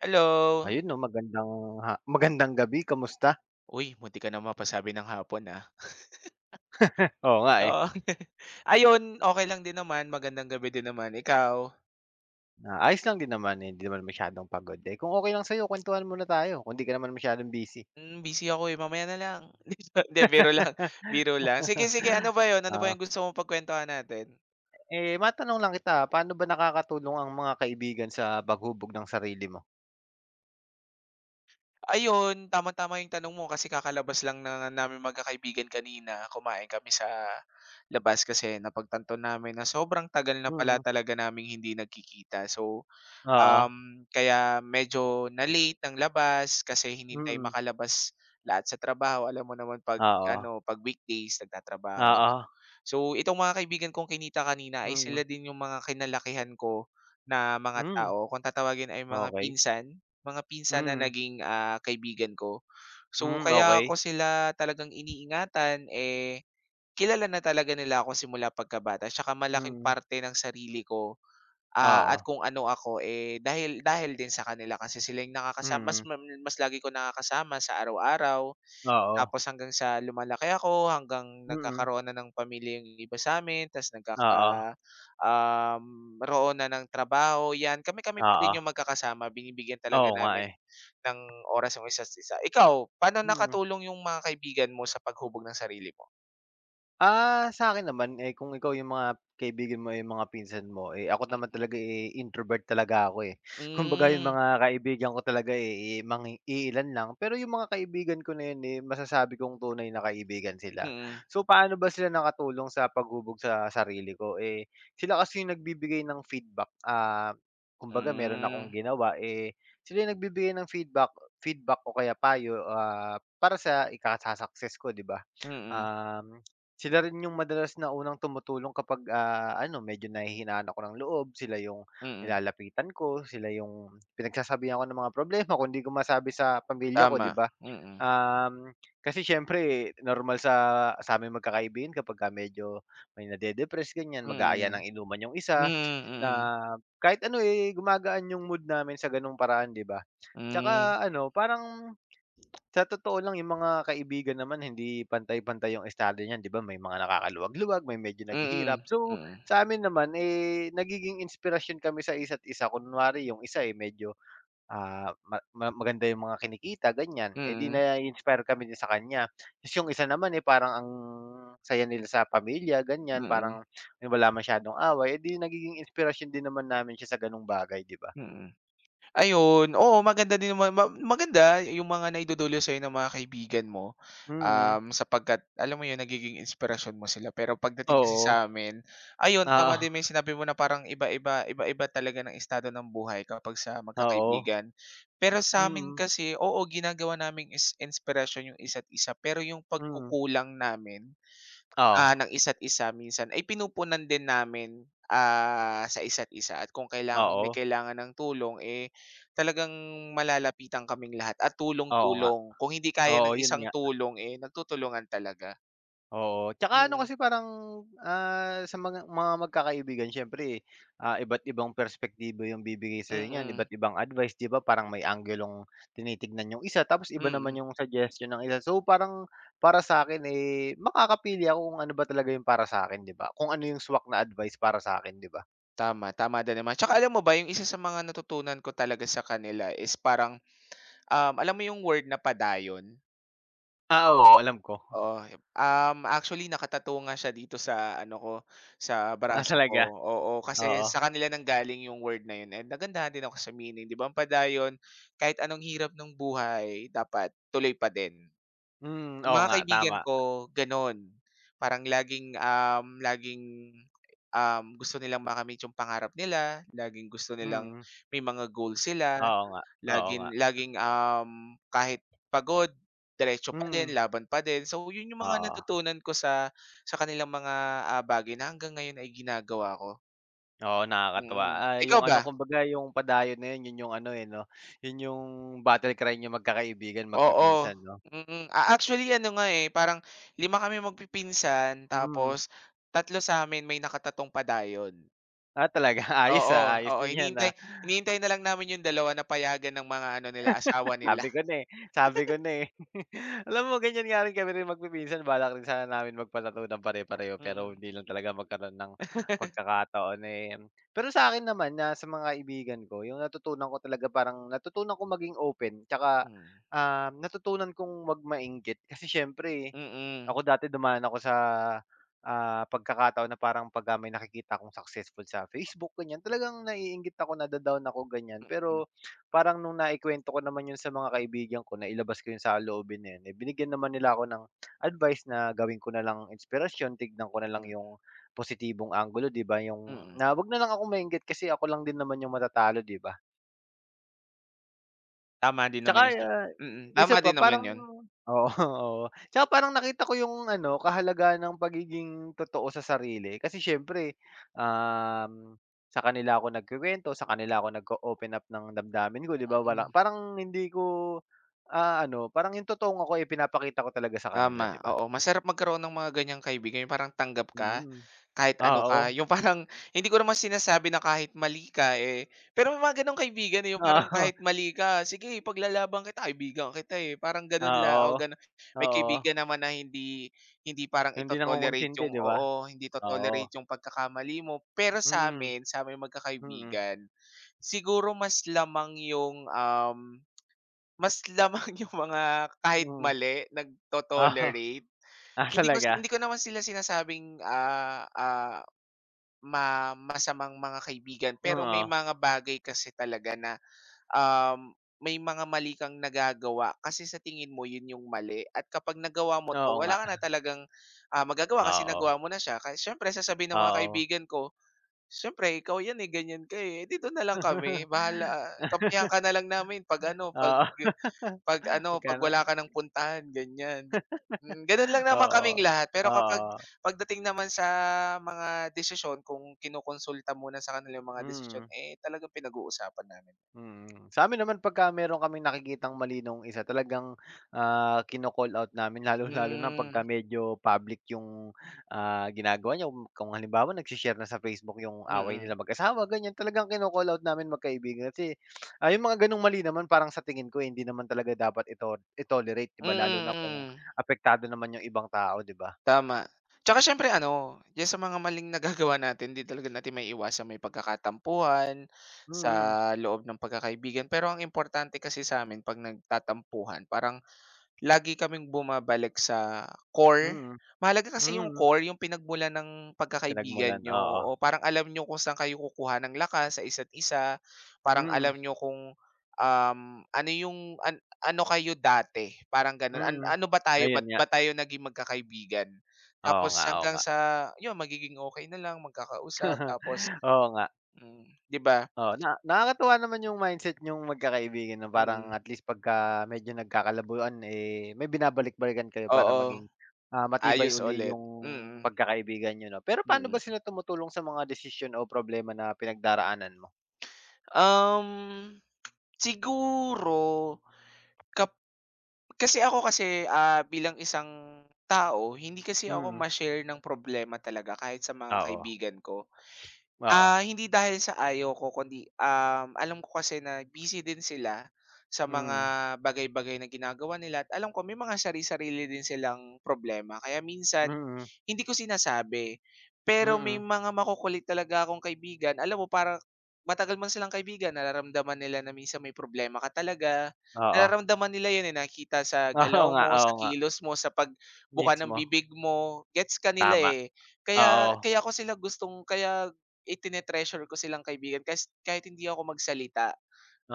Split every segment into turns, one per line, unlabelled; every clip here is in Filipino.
Hello.
Ayun 'no, magandang gabi, kamusta?
Uy, muntik ka na mapasabi ng hapon, ah.
Oo nga, eh.
Oo. Ayun, okey lang din naman, magandang gabi din naman. Ikaw?
Ah, ayos lang din naman, eh, hindi naman masyadong pagod. Eh, kung okey lang sa'yo kuwentuhan muna tayo kung 'di ka naman masyadong busy.
Hmm, busy ako, eh, mamaya na lang. Hindi, biro lang, biro lang. Sige, sige, ano ba yon? Ano ba
Ah,
'yung gusto mong pagkuwentuhan natin?
eh, matanong lang kita, paano ba nakakatulong ang mga kaibigan sa paghubog ng sarili mo?
Ayun, tamang-tama 'yung tanong mo kasi kakalabas lang na namin magkakaibigan kanina. Kumain kami sa labas kasi napagtanto namin na sobrang tagal na pala
Mm,
talaga naming hindi nagkikita. So,
oo.
Kaya medyo na-late ang labas kasi hinintay
Mm,
makalabas lahat sa trabaho. Alam mo naman 'pag
oo.
ano, 'pag weekdays nagtatrabaho.
Oo.
So, itong mga kaibigan kong kinita kanina ay sila
Mm,
din yung mga kinalakihan ko na mga
hmm,
tao. Kung tatawagin ay
okey.
mga pinsan na
Mm,
naging, kaibigan ko. So,
hmm,
kaya
okey.
ako sila talagang iniingatan, eh, kilala na talaga nila ako simula pagkabata tsaka malaking
Mm,
parte ng sarili ko, at
oo.
kung ano ako, eh, dahil dahil din sa kanila kasi sila yung nakakasama,
Mm,
mas lagi ko nakakasama sa araw-araw.
oo.
Tapos hanggang sa lumalaki ako, hanggang
Mm,
nagkakaroon na ng pamilya yung iba sa'min, ta's
oo.
roon na ng trabaho, 'yan. Kami-kami pa
Oo.
din yung magkakasama, binibigyan talaga
Oo nga,
namin
eh.
ng oras yung isa't isa. Ikaw, paano
Mm.
nakatulong yung mga kaibigan mo sa paghubog ng sarili mo?
Ah, sa akin naman, eh, kung ikaw yung mga kaibigan mo, eh, yung mga pinsan mo, eh, ako naman talaga, eh, introvert talaga ako, eh. Kumbaga yung
Mm.
mga kaibigan ko talaga, eh, iilan lang. Pero yung mga kaibigan ko na yun, eh, masasabi kong tunay na kaibigan sila.
Mm.
So, paano ba sila nakatulong sa paghubog sa sarili ko, eh, sila kasi yung nagbibigay ng feedback. Ah,
Mm.
kumbaga meron akong
Mm.
ginawa, eh, sila yung nagbibigay ng feedback feedback o kaya payo, para sa ikaka ko, 'di ba?
Mm. Mm.
Um Sila rin yung madalas na unang tumutulong kapag, ano medyo nanghihinaan ako ng loob, sila yung
Mm.
nilalapitan ko, sila yung pinagsasabihan ko ng mga problema kung 'di ko masabi sa pamilya ko,
Tama.
'di ba?
Mm. Mm.
Um, Kasi siyempre normal sa aming magkakaibigan kapagka medyo may nade-depress ganyan, mag-aaya
Mm.
ng inuman yung
Mm,
isa, na
mm.
kahit ano, eh, gumagaan yung mood namin sa gano'ng paraan, 'di ba?
Hmm,
Tsaka ano, parang sa totoo lang yung mga kaibigan naman hindi pantay-pantay yung estado niyan, 'di ba, may mga nakakaluwag-luwag, may medyo
mm,
naghihirap. So, sa amin naman, eh, nagiging inspirasyon kami sa isa't isa. Kunwari yung isa, eh, medyo, ah, ma ma maganda yung mga kinikita ganyan, eh, 'di
mm,
na-inspire kami din sa kanya. Ta's yung isa naman, eh, parang ang saya nila sa pamilya ganyan,
mm,
parang wala masyadong away, eh, 'di nagiging inspirasyon din naman namin siya sa gano'ng bagay, 'di ba?
mm. Ayun, oo, maganda din naman, maganda yung mga naidudulot sa'yo ng mga kaibigan mo,
Mm,
sapagkat alam mo yun nagiging inspirasyon mo sila. Pero pagdating kasi
oo.
sa'min, ayun,
Oo,
tama din, may sinabi mo na parang iba-iba iba-iba talaga ng estado ng buhay kapag sa
oo.
magkakaibigan. Pero sa'min
Mm,
kasi, oo, ginagawa naming is inspirasyon yung isa't isa pero yung
mm.
pagkukulang namin,
Oo,
Ng isa't isa minsan ay pinupunan din namin, ah, sa isa't isa, at kung kailangan, may
oo,
kailangan ng tulong, eh, talagang malalapitan kaming lahat at
oo nga.
tulong-tulong. Kung hindi kaya
Oo,
ng
yun
isang
nga,
tulong, eh, nagtutulungan talaga.
oo. Tsaka ano
Mm,
kasi parang, sa mga magkakaibigan siyempre, iba't ibang perspektibo yung bibigay sa'yo niyan,
mm,
iba't ibang advice, 'di ba? Parang may anggulong tinitignan yung isa, tapos iba
mm.
naman yung suggestion ng isa. So, parang para sa akin eh, makakapili ako kung ano ba talaga yung para sa akin, 'di ba? Kung ano yung swak na advice para sa akin, 'di ba?
Tama, tama din naman. Tsaka alam mo ba yung isa sa mga natutunan ko talaga sa kanila is parang, alam mo yung word na padayon?
Ah, oo, alam ko.
Oo, actually naka-tattoo nga siya dito sa ano ko, sa
Ah,
braso ko,
talaga?
oo. Kasi
Oo.
sa kanila nanggaling yung word na yun and nagandahan din ako sa meaning, 'di ba, ang padayon kahit anong hirap ng buhay dapat tuloy pa din.
Hmm,
Yung
oo
mga
nga,
kaibigan
tama.
ko gano'n, parang laging, gusto nilang makamit yung pangarap nila, laging gusto nilang
Hmm,
may mga goals sila.
oo nga, oo nga.
Laging laging, kahit pagod diretso pa din,
Hmm,
laban pa din. So, yun yung mga
oo.
natutunan ko sa kanilang mga, bagay na hanggang ngayon ay ginagawa ko.
Oo, nakakatuwa.
Mm.
Ah,
Ikaw
yung
ba?
ano, kumbaga yung padayon na yun, yun yung ano, eh, 'no, yun yung battle cry niyo magkakaibigan,
Oo,
magpipinsan, 'no?
mm. Actually ano nga, eh, parang lima kami magpipinsan
Hmm.
tapos 3 sa'min may nakatatong padayon.
Ah, talaga? Ayos,
Oo,
ayos
oo,
din yan,
hinihintay
ah.
hinihintay na lang namin yung dalawa na payagan ng mga ano nila, asawa nila.
Sabi ko na, eh, sabi ko na, eh. Alam mo ganyan nga rin kami rin magpipinsan, balak rin sana namin magpa-tattoo ng pare-pareho pero
Mm.
hindi lang talaga magkaroon ng pagkakataon, eh. Pero sa'kin naman na sa mga kaibigan ko, yung natutunan ko talaga parang natutunan ko maging open tsaka,
Hmm.
natutunan kong magmainggit kasi siyempre
Mm.
ako dati dumaan ako sa, pagkakataon na parang pagka may nakikita akong successful sa Facebook ganyan, talagang naiinggit ako, nada-down ako ganyan.
Mm.
Pero parang nung naikwento ko naman yun sa mga kaibigan ko, nailabas ko yung saloobin na yun, eh, binigyan naman nila ako ng advice na gawin ko na lang inspirasyon, tignan ko na lang
Mm.
yung positibong angulo, 'di ba, yung
Mm.
na 'wag na lang ako mainggit kasi ako lang din naman yung matatalo, 'di ba?
Tama din
Tsaka,
naman yun, tama
isa pa
din naman
parang
yun.
oo, oo. Tsaka parang nakita ko yung ano, kahalagahan ng pagiging totoo sa sarili. Kasi siyempre, um, sa kanila ako nagkukuwento, sa kanila ako nag open up ng damdamin ko, 'di ba? Wala
Mm.
parang hindi ko, ano, parang yung totoong ako ipinapakita ko talaga sa kanila, 'di
Tama,
ba?
oo. Masarap magkaroon ng mga ganyang kaibigan, yung parang tanggap ka,
Mm.
kahit ano ka.
Oo.
Yung parang hindi ko naman sinasabi na kahit mali ka, eh, pero may mga ganong kaibigan, eh, yung parang
Oo.
kahit mali ka, sige, ipaglalaban kita, kaibigan kita, eh, parang ganun la
Oo.
o ganun. May
Oo.
kaibigan naman na hindi hindi parang
Yung hindi
ito-tolerate
nangungonsente,
yung,
'di ba?
oo, hindi
Oo.
to-tolerate yung pagkakamali mo. Pero sa
Mm.
amin, sa'ming
Mm.
magkakaibigan, siguro mas lamang yung, mas lamang yung mga kahit
Mm.
mali
Oo.
nagto-tolerate.
Ah, talaga?
Hindi ko naman sila sinasabing, masamang mga kaibigan, pero may
Oo.
mga bagay kasi talaga na, um, may mga mali kang nagagawa kasi sa tingin mo yun yung mali at kapag nagawa mo
Oo
'to wala
nga,
ka na talagang, magagawa kasi
oo,
nagawa mo na siya. Kaya siyempre sasabihin ng mga
oo.
kaibigan ko, "Siyempre ikaw yan, eh, ganyan ka, eh, dito na lang kami bahala ah, kampihan ka na lang namin 'pag ano, 'pag..."
Oo.
'Pag ano, 'pag
Magkano
wala ka ng puntahan, ganyan. Gano'n lang naman
oo,
kaming lahat, pero kapag
oo,
pagdating naman sa mga desisyon, kung kinokonsulta muna sa kanila yung mga desisyon,
mm.
eh, talagang pinag-uusapan namin.
Mm. Sa amin naman pagka meron kaming nakikitang mali nung isa talagang, kino-call out namin lalo lalo na pagka
Hmm,
medyo public yung, ginagawa niya. Kung halimbawa na sa Facebook yung away
mm.
nila mag-asawa ganyan, talagang kino-call out namin magkaibigan kasi, yung mga gano'ng mali naman parang sa tingin ko eh, hindi naman talaga dapat ito itolerate, 'di ba, lalo
Mm,
na kung
mm.
apektado naman yung ibang tao, 'di ba?
Tama. Tsaka siyempre ano, diyan sa mga maling nagagawa natin, 'di talaga natin maiiwasan may pagkakatampuhan sa
Mm,
loob ng pagkakaibigan, pero ang importante kasi sa'min 'pag nagtatampuhan parang, lagi kaming bumabalik sa core.
mm,
Mahalaga kasi yung
mm.
core, yung pinagmulan ng pagkakaibigan
Pinagmulan,
niyo,
oo.
oo. Parang alam niyo kung saan kayo kukuha ng lakas sa isa't isa, parang
Mm,
alam niyo kung, um, ano yung ano kayo dati, parang gano'n.
mm.
Ano ba tayo,
Ayun
ba't
nga,
ba tayo naging magkakaibigan?
oo
Tapos
nga, oo
hanggang
nga.
sa yun, magiging okay na lang, magkakausap tapos,
Oo nga,
mm, 'di ba?
oo. Na nakakatuwa naman yung mindset niyong magkakaibigan na parang
Mm,
at least pagka medyo nagkakalabuan, eh, may binabalik-balikan kayo para
oo,
maging, matibay
ayos
uli
ulit.
yung
Mm,
pagkakaibigan niyo, 'no. Pero
mm.
paano ba
Mm.
sila tumutulong sa mga desisyon o problema na pinagdaraanan mo?
Um Siguro, kap kasi ako kasi, bilang isang tao hindi kasi ako
Mm,
ma-share ng problema talaga kahit sa mga
oo,
kaibigan ko.
oo.
Hindi dahil sa ayaw ko kundi, alam ko kasi na busy din sila sa mga
Mm,
bagay-bagay na ginagawa nila at alam ko may mga sari-sarili din silang problema kaya minsan
mm,
hindi ko sinasabi. Pero may
mm,
mga makukulit talaga akong kaibigan, alam mo, para matagal mo silang kaibigan nararamdaman nila na minsan may problema ka talaga,
oo.
nararamdaman nila 'yun, eh, nakita sa galaw mo,
Oo
sa
nga,
kilos mo, sa pagbuka ng
mismo.
bibig mo, gets ka nila,
Tama,
eh. Kaya
oo,
kaya ako sila gustong kaya, itine-treasure ko silang kaibigan kahit hindi ako magsalita,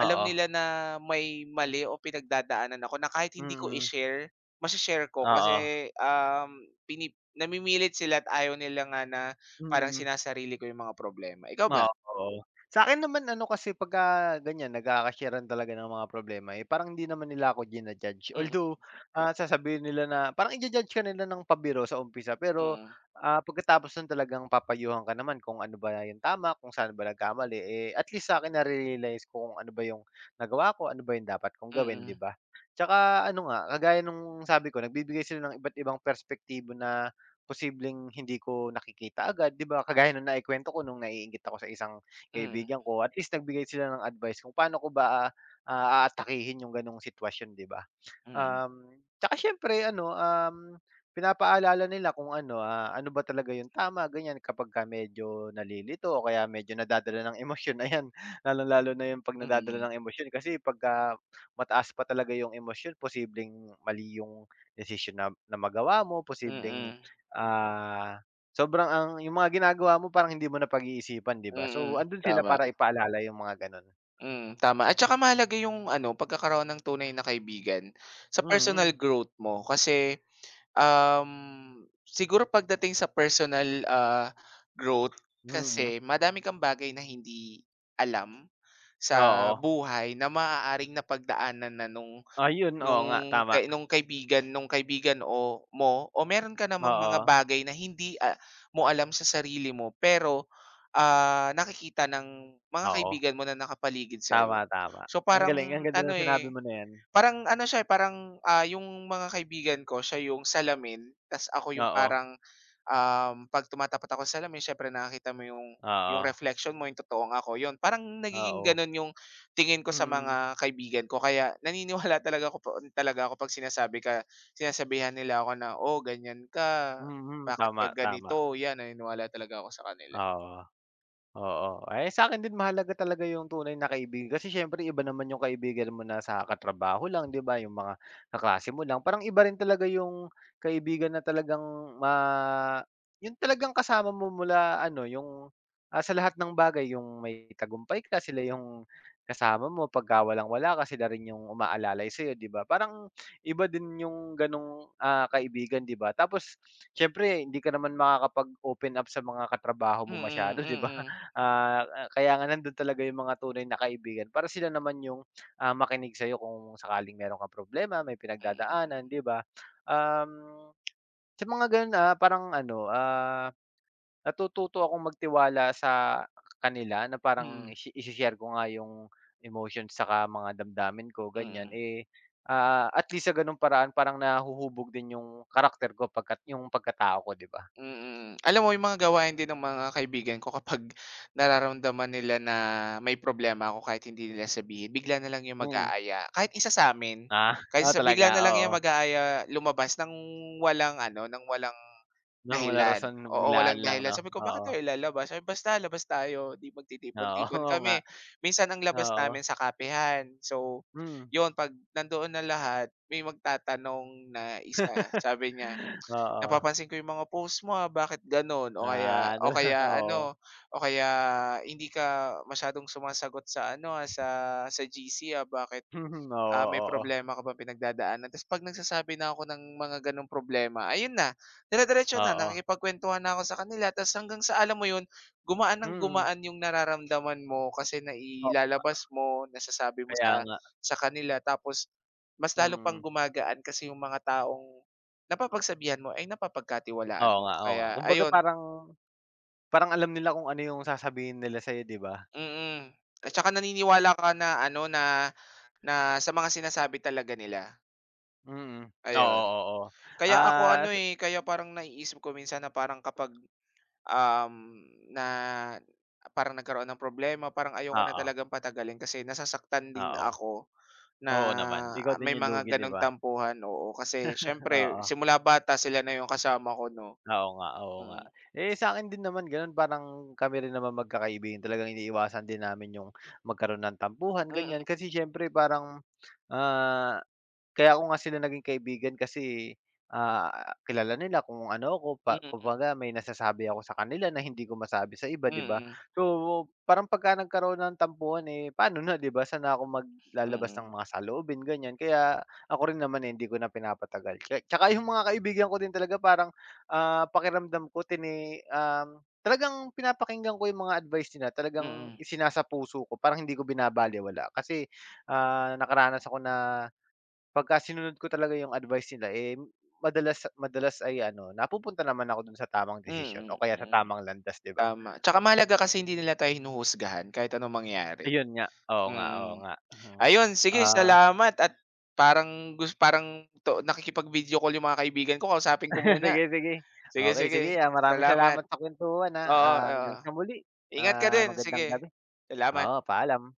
alam nila na may mali o pinagdadaanan ako na kahit hindi ko
Mm,
i-share, mashi-share ko
oo,
kasi, um, pini namimilit sila at ayaw nila nga na parang
mm.
sinasarili ko yung mga problema. Ikaw ba?
Oo. Sa'kin naman ano kasi pagka ganyan nagkaka-sharean talaga ng mga problema, eh, parang hindi naman nila ako jina-judge.
Mm,
Although, sasabihin nila na parang ija-judge ka nila ng pabiro sa umpisa pero,
mm,
pagkatapos nun talagang papayuhan ka naman kung ano ba yung tama, kung saan ba nagkamali. Eh, at least sa'kin nare-realize ko kung ano ba yung nagawa ko, ano ba yung dapat kong gawin, 'di
mm,
ba? Tsaka ano nga, kagaya nung sabi ko nagbibigay sila ng iba't ibang perspektibo na posibleng hindi ko nakikita agad, 'di ba? Kagaya nung naikwento ko nung naiinggit ako sa isang
mm,
kaibigan ko, at least nagbigay sila ng advice kung paano ko ba, aatakihin yung gano'ng sitwasyon, 'di ba?
mm,
Um, Tsaka siyempre ano, pinapaalala nila kung ano, ano ba talaga yung tama ganyan kapagka medyo nalilito o kaya medyo nadadala ng emosyon, ayan. Lalong-lalo na yung 'pag nadadala
mm,
ng emosyon kasi pagka mataas pa talaga yung emosyon posibleng mali yung desisyon na na magawa mo, posibleng,
mm,
ah, sobrang ang yung mga ginagawa mo parang hindi mo na pag-iisipan, 'di ba?
mm,
So, andun sila
tama,
para ipaalala yung mga gano'n.
mm, tama. At saka mahalaga yung ano, pagkakaroon ng tunay na kaibigan sa personal
Mm,
growth mo kasi, siguro pagdating sa personal, growth,
mm.
kasi madami kang bagay na hindi alam sa
Oo.
buhay na maaaring napagdaanan na
Ayun, oo
nung
nga, tama.
nung kaibigan, o mo, o meron ka namang mga
Oo,
bagay na hindi, mo alam sa sarili mo pero, nakikita ng mga
oo.
kaibigan mo na nakapaligid
Tama,
sa'yo.
tama.
So,
Ang galing, ang
parang
ganda
ano,
ng sinabi
eh,
mo na 'yan.
parang ano siya, eh, parang, yung mga kaibigan ko siya yung salamin, ta's ako yung
Oo,
parang, 'pag tumatapat ako sa salamin siyempre nakikita mo yung
oo,
reflection mo, yung totoong ako, yun. Parang nagiging
oo.
gano'n yung tingin ko sa
Mm,
mga kaibigan ko kaya naniniwala talaga ako po talaga ako 'pag sinasabihan nila ako na, "Oh, ganiyan ka,
mm,
bakit
tama,
ka
tama,
ganito?" Yan, naniniwala talaga ako sa kanila.
oo. Oo. Ay sa akin din mahalaga talaga yung tunay na kaibigan kasi siyempre iba naman yung kaibigan mo na sa katrabaho lang, 'di ba, yung mga kaklase mo lang. Parang iba rin talaga yung kaibigan na talagang ma yung talagang kasama mo mula ano, yung, sa lahat ng bagay yung may tagumpay ka, sila yung kasama mo pagka walang-wala ka, sila rin yung umaalalay sa'yo, 'di ba? Parang iba din yung gano'ng, kaibigan, 'di ba? Tapos siyempre hindi ka naman makakapag-open up sa mga katrabaho mo
Mm,
masyado, 'di ba?
mm,
Kaya nga nandun talaga yung mga tunay na kaibigan para sila naman yung, makinig sa'yo kung sakaling meron kang problema, may
mm,
pinagdadaanan, 'di ba? Um, sa mga gano'n, parang ano, natututo akong magtiwala sa kanila na
mm,
parang
mm.
ishi-share ko nga yung emotions saka mga damdamin ko, ganyan.
Mm.
Eh, at least sa gano'ng paraan parang nahuhubog din yung karakter ko pagkat yung pagkatao ko, 'di ba?
Mm. Alam mo yung mga gawain din ng mga kaibigan ko kapag nararamdaman nila na may problema ako kahit hindi nila sabihin, bigla na lang yung
Mm.
mag-aaya. Kahit isa sa sa'min,
Ah,
kahit
oo
isa
talaga,
bigla na lang yung
oo.
mag-aaya lumabas ng walang ano, ng walang
Nang wala
dahilan.
rason
Oo,
biglaan
walang
lang,
dahilan.
'no?
Sabi ko, "Bakit
Oo,
tayo lalabas?" Sabi, "Basta labas tayo, 'di
oo,
magtitipon-tipon
oo nga,
kami." Minsan ang labas
oo,
namin sa kapehan. So,
hmm.
yun 'pag nandoon na lahat, may magtatanong na isa, sabi niya
Oo,
napapansin ko yung mga post mo, ah, bakit gano'n, o kaya,
ah, oo,
ano, o kaya hindi ka masyadong sumasagot sa ano, sa GC, bakit,
mhm, oo,
may
oo,
problema ka bang pinagdadaanan, ta's 'pag nagsasabi na ako ng mga gano'ng problema, ayun na, dire-diretso na,
oo,
nakikipagkuwentuhan na ako sa kanila ta's hanggang sa alam mo 'yun, gumaan ng
mm,
gumaan 'yung nararamdaman mo kasi
oo,
nailalabas mo, nasasabi mo
kaya
sa
nga,
kanila tapos mas lalo pang
mm,
gumagaan kasi 'yung mga taong napapagsabihan mo ay napapagkatiwalaan
oo
mo
nga, oo nga.
kaya
Kumbaga
ayun,
parang parang alam nila kung ano yung sasabihin nila sa'yo, 'di ba?
mm. At saka naniniwala ka na ano, na na sa mga sinasabi talaga nila,
Mm,
ayun.
oo, oo,
Kaya ako ano,
at
eh, kaya parang naiisip ko minsan na parang kapag, um, na parang nagkaroon ng problema, parang ayoko na
oo,
talagang patagalin kasi nasasaktan din
ah, oo,
ako na
oo naman, ikaw
may
din yung
mga
lugi, 'di
gano'ng
ba?
tampuhan, oo. Kasi siyempre
Oo.
simula bata sila na 'yung kasama ko 'no,
Oo nga, oo nga.
mm.
Eh, sa akin din naman gano'n parang kami rin naman magkakaibigan talagang iniiwasan din namin yung magkaroon ng tampuhan,
Mm,
ganyan. Kasi siyempre parang, ah kaya ako nga sila naging kaibigan kasi, kilala nila kung ano ako pa
mm,
kumbaga may nasasabi ako sa kanila na hindi ko masabi sa iba, 'di ba?
mm,
So, parang pagka nagkaroon ng tampuhan, eh, paano na, 'di ba? Saan na ako maglalabas ng
mm,
mga saloobin, ganyan. Kaya ako rin naman, eh, hindi ko na pinapatagal. Tsaka yung mga kaibigan ko din talaga parang, pakiramdam ko talagang pinapakinggan ko yung mga advice nila, talagang
mm,
isinasa puso ko, parang hindi ko binabalewala. Kasi, nakaranas ako na pagka sinunod ko talaga yung advice nila, eh, madalas madalas ay ano, napupunta naman ako dun sa tamang desisyon o
mm,
kaya sa
mm,
tamang landas, 'di ba?
tama. Tsaka mahalaga kasi hindi nila tayo hinuhusgahan kahit anong mangyari,
Ayun nga, oo nga, oo
mm.
nga. Hmm,
Ayun, sige,
ah,
salamat at parang parang to nakikipag-video call yung mga kaibigan ko, kausapin ko muna.
sige, sige.
Sige,
Okay sige,
sige,
maraming
salamat.
salamat sa kuwentuhan.
Oo, oo.
Hanggang sa muli.
Ingat ka din,
Magandang
sige.
gabi. Oo,
Salamat.
paalam.